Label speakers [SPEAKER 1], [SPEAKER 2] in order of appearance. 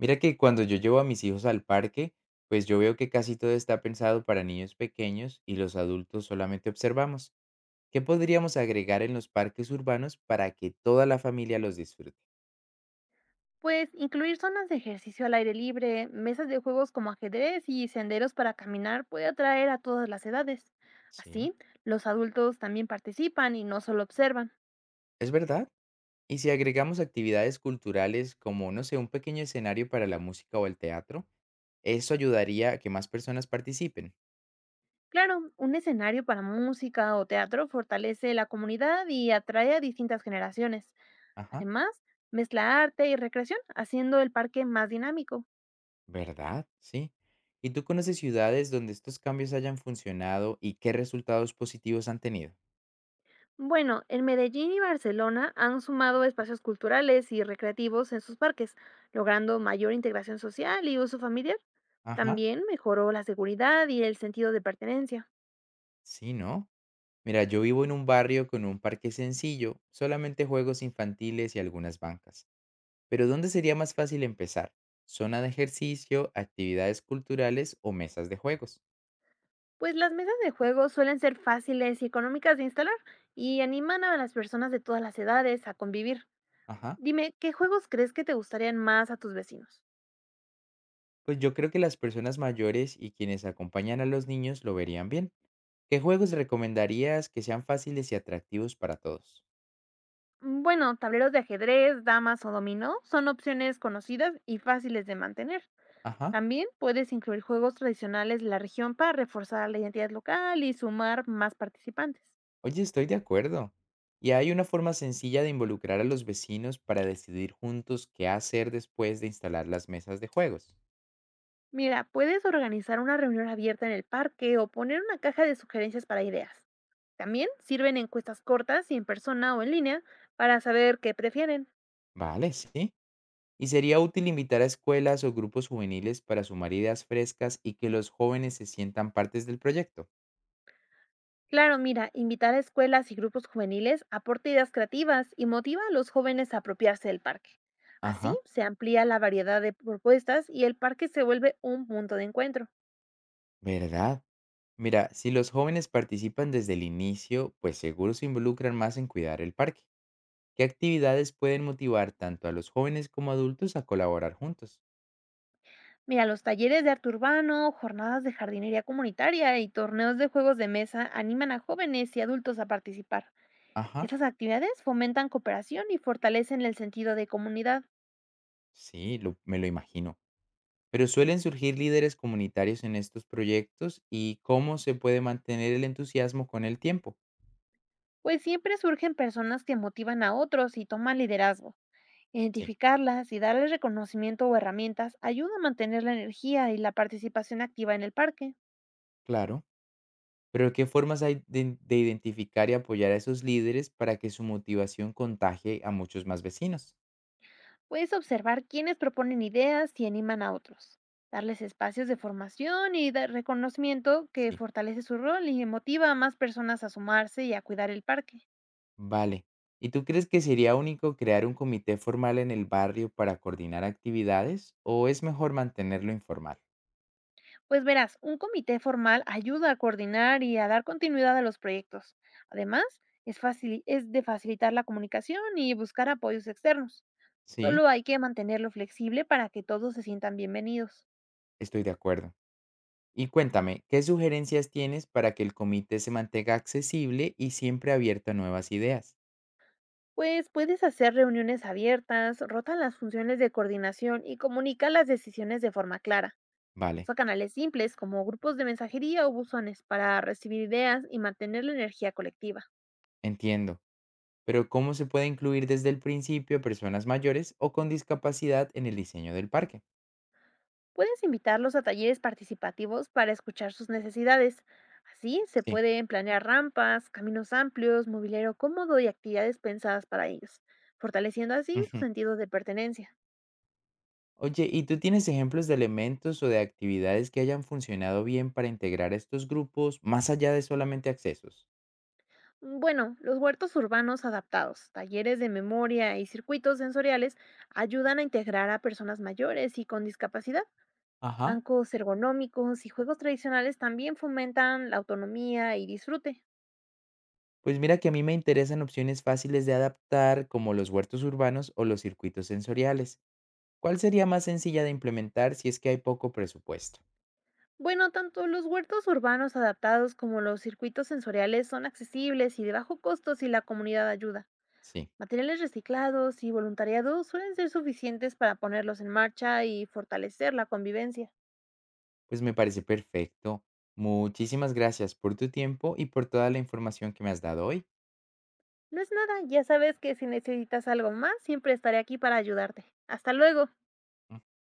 [SPEAKER 1] Mira que cuando yo llevo a mis hijos al parque, pues yo veo que casi todo está pensado para niños pequeños y los adultos solamente observamos. ¿Qué podríamos agregar en los parques urbanos para que toda la familia los disfrute?
[SPEAKER 2] Pues incluir zonas de ejercicio al aire libre, mesas de juegos como ajedrez y senderos para caminar puede atraer a todas las edades.
[SPEAKER 1] Sí,
[SPEAKER 2] Así, los adultos también participan y no solo observan.
[SPEAKER 1] es verdad. Y si agregamos actividades culturales como, no sé, un pequeño escenario para la música o el teatro, eso ayudaría a que más personas participen.
[SPEAKER 2] Claro, un escenario para música o teatro fortalece la comunidad y atrae a distintas generaciones.
[SPEAKER 1] Ajá,
[SPEAKER 2] Además, mezcla arte y recreación, haciendo el parque más dinámico.
[SPEAKER 1] ¿verdad? Sí. ¿Y tú conoces ciudades donde estos cambios hayan funcionado y qué resultados positivos han tenido?
[SPEAKER 2] Bueno, en Medellín y Barcelona han sumado espacios culturales y recreativos en sus parques, logrando mayor integración social y uso familiar.
[SPEAKER 1] Ajá.
[SPEAKER 2] También mejoró la seguridad y el sentido de pertenencia,
[SPEAKER 1] Sí, ¿no? Mira, yo vivo en un barrio con un parque sencillo, solamente juegos infantiles y algunas bancas. Pero ¿dónde sería más fácil empezar? ¿Zona de ejercicio, actividades culturales o mesas de juegos?
[SPEAKER 2] pues las mesas de juego suelen ser fáciles y económicas de instalar y animan a las personas de todas las edades a convivir.
[SPEAKER 1] Ajá.
[SPEAKER 2] Dime, ¿qué juegos crees que te gustarían más a tus vecinos?
[SPEAKER 1] Pues yo creo que las personas mayores y quienes acompañan a los niños lo verían bien. ¿Qué juegos recomendarías que sean fáciles y atractivos para todos?
[SPEAKER 2] Bueno, tableros de ajedrez, damas o dominó son opciones conocidas y fáciles de mantener.
[SPEAKER 1] Ajá.
[SPEAKER 2] También puedes incluir juegos tradicionales de la región para reforzar la identidad local y sumar más participantes.
[SPEAKER 1] Oye, estoy de acuerdo. ¿Y hay una forma sencilla de involucrar a los vecinos para decidir juntos qué hacer después de instalar las mesas de juegos?
[SPEAKER 2] Mira, puedes organizar una reunión abierta en el parque o poner una caja de sugerencias para ideas. También sirven encuestas cortas y en persona o en línea para saber qué prefieren.
[SPEAKER 1] Vale, sí. Y sería útil invitar a escuelas o grupos juveniles para sumar ideas frescas y que los jóvenes se sientan partes del proyecto.
[SPEAKER 2] Claro, mira, invitar a escuelas y grupos juveniles aporta ideas creativas y motiva a los jóvenes a apropiarse del parque. Así
[SPEAKER 1] Ajá,
[SPEAKER 2] se amplía la variedad de propuestas y el parque se vuelve un punto de encuentro.
[SPEAKER 1] ¿verdad? Mira, si los jóvenes participan desde el inicio, pues seguro se involucran más en cuidar el parque. ¿Qué actividades pueden motivar tanto a los jóvenes como adultos a colaborar juntos?
[SPEAKER 2] Mira, los talleres de arte urbano, jornadas de jardinería comunitaria y torneos de juegos de mesa animan a jóvenes y adultos a participar.
[SPEAKER 1] Ajá,
[SPEAKER 2] Estas actividades fomentan cooperación y fortalecen el sentido de comunidad,
[SPEAKER 1] sí, me lo imagino. Pero suelen surgir líderes comunitarios en estos proyectos y cómo se puede mantener el entusiasmo con el tiempo.
[SPEAKER 2] pues siempre surgen personas que motivan a otros y toman liderazgo.
[SPEAKER 1] Sí.
[SPEAKER 2] Identificarlas y darles reconocimiento o herramientas ayuda a mantener la energía y la participación activa en el parque.
[SPEAKER 1] Claro, pero ¿qué formas hay de identificar y apoyar a esos líderes para que su motivación contagie a muchos más vecinos?
[SPEAKER 2] Puedes observar quiénes proponen ideas y animan a otros, darles espacios de formación y de reconocimiento que
[SPEAKER 1] Sí.
[SPEAKER 2] fortalece su rol y motiva a más personas a sumarse y a cuidar el parque.
[SPEAKER 1] Vale. ¿Y tú crees que sería único crear un comité formal en el barrio para coordinar actividades o es mejor mantenerlo informal?
[SPEAKER 2] Pues verás, un comité formal ayuda a coordinar y a dar continuidad a los proyectos. Además, es de facilitar la comunicación y buscar apoyos externos.
[SPEAKER 1] Sí,
[SPEAKER 2] Solo hay que mantenerlo flexible para que todos se sientan bienvenidos.
[SPEAKER 1] estoy de acuerdo. Y cuéntame, ¿qué sugerencias tienes para que el comité se mantenga accesible y siempre abierto a nuevas ideas?
[SPEAKER 2] Pues puedes hacer reuniones abiertas, rotan las funciones de coordinación y comunica las decisiones de forma clara.
[SPEAKER 1] Vale,
[SPEAKER 2] Usa canales simples como grupos de mensajería o buzones para recibir ideas y mantener la energía colectiva.
[SPEAKER 1] entiendo. Pero ¿cómo se puede incluir desde el principio a personas mayores o con discapacidad en el diseño del parque?
[SPEAKER 2] Puedes invitarlos a talleres participativos para escuchar sus necesidades. Así se
[SPEAKER 1] Sí.
[SPEAKER 2] pueden planear rampas, caminos amplios, mobiliario cómodo y actividades pensadas para ellos, fortaleciendo así su
[SPEAKER 1] Ujú.
[SPEAKER 2] sentido de pertenencia.
[SPEAKER 1] Oye, ¿y tú tienes ejemplos de elementos o de actividades que hayan funcionado bien para integrar a estos grupos más allá de solamente accesos?
[SPEAKER 2] Bueno, los huertos urbanos adaptados, talleres de memoria y circuitos sensoriales ayudan a integrar a personas mayores y con discapacidad.
[SPEAKER 1] Ajá.
[SPEAKER 2] Bancos ergonómicos y juegos tradicionales también fomentan la autonomía y disfrute.
[SPEAKER 1] Pues mira que a mí me interesan opciones fáciles de adaptar como los huertos urbanos o los circuitos sensoriales. ¿Cuál sería más sencilla de implementar si es que hay poco presupuesto?
[SPEAKER 2] Bueno, tanto los huertos urbanos adaptados como los circuitos sensoriales son accesibles y de bajo costo si la comunidad ayuda.
[SPEAKER 1] Sí,
[SPEAKER 2] Materiales reciclados y voluntariado suelen ser suficientes para ponerlos en marcha y fortalecer la convivencia.
[SPEAKER 1] pues me parece perfecto. Muchísimas gracias por tu tiempo y por toda la información que me has dado hoy.
[SPEAKER 2] No es nada, ya sabes que si necesitas algo más, siempre estaré aquí para ayudarte. Hasta luego.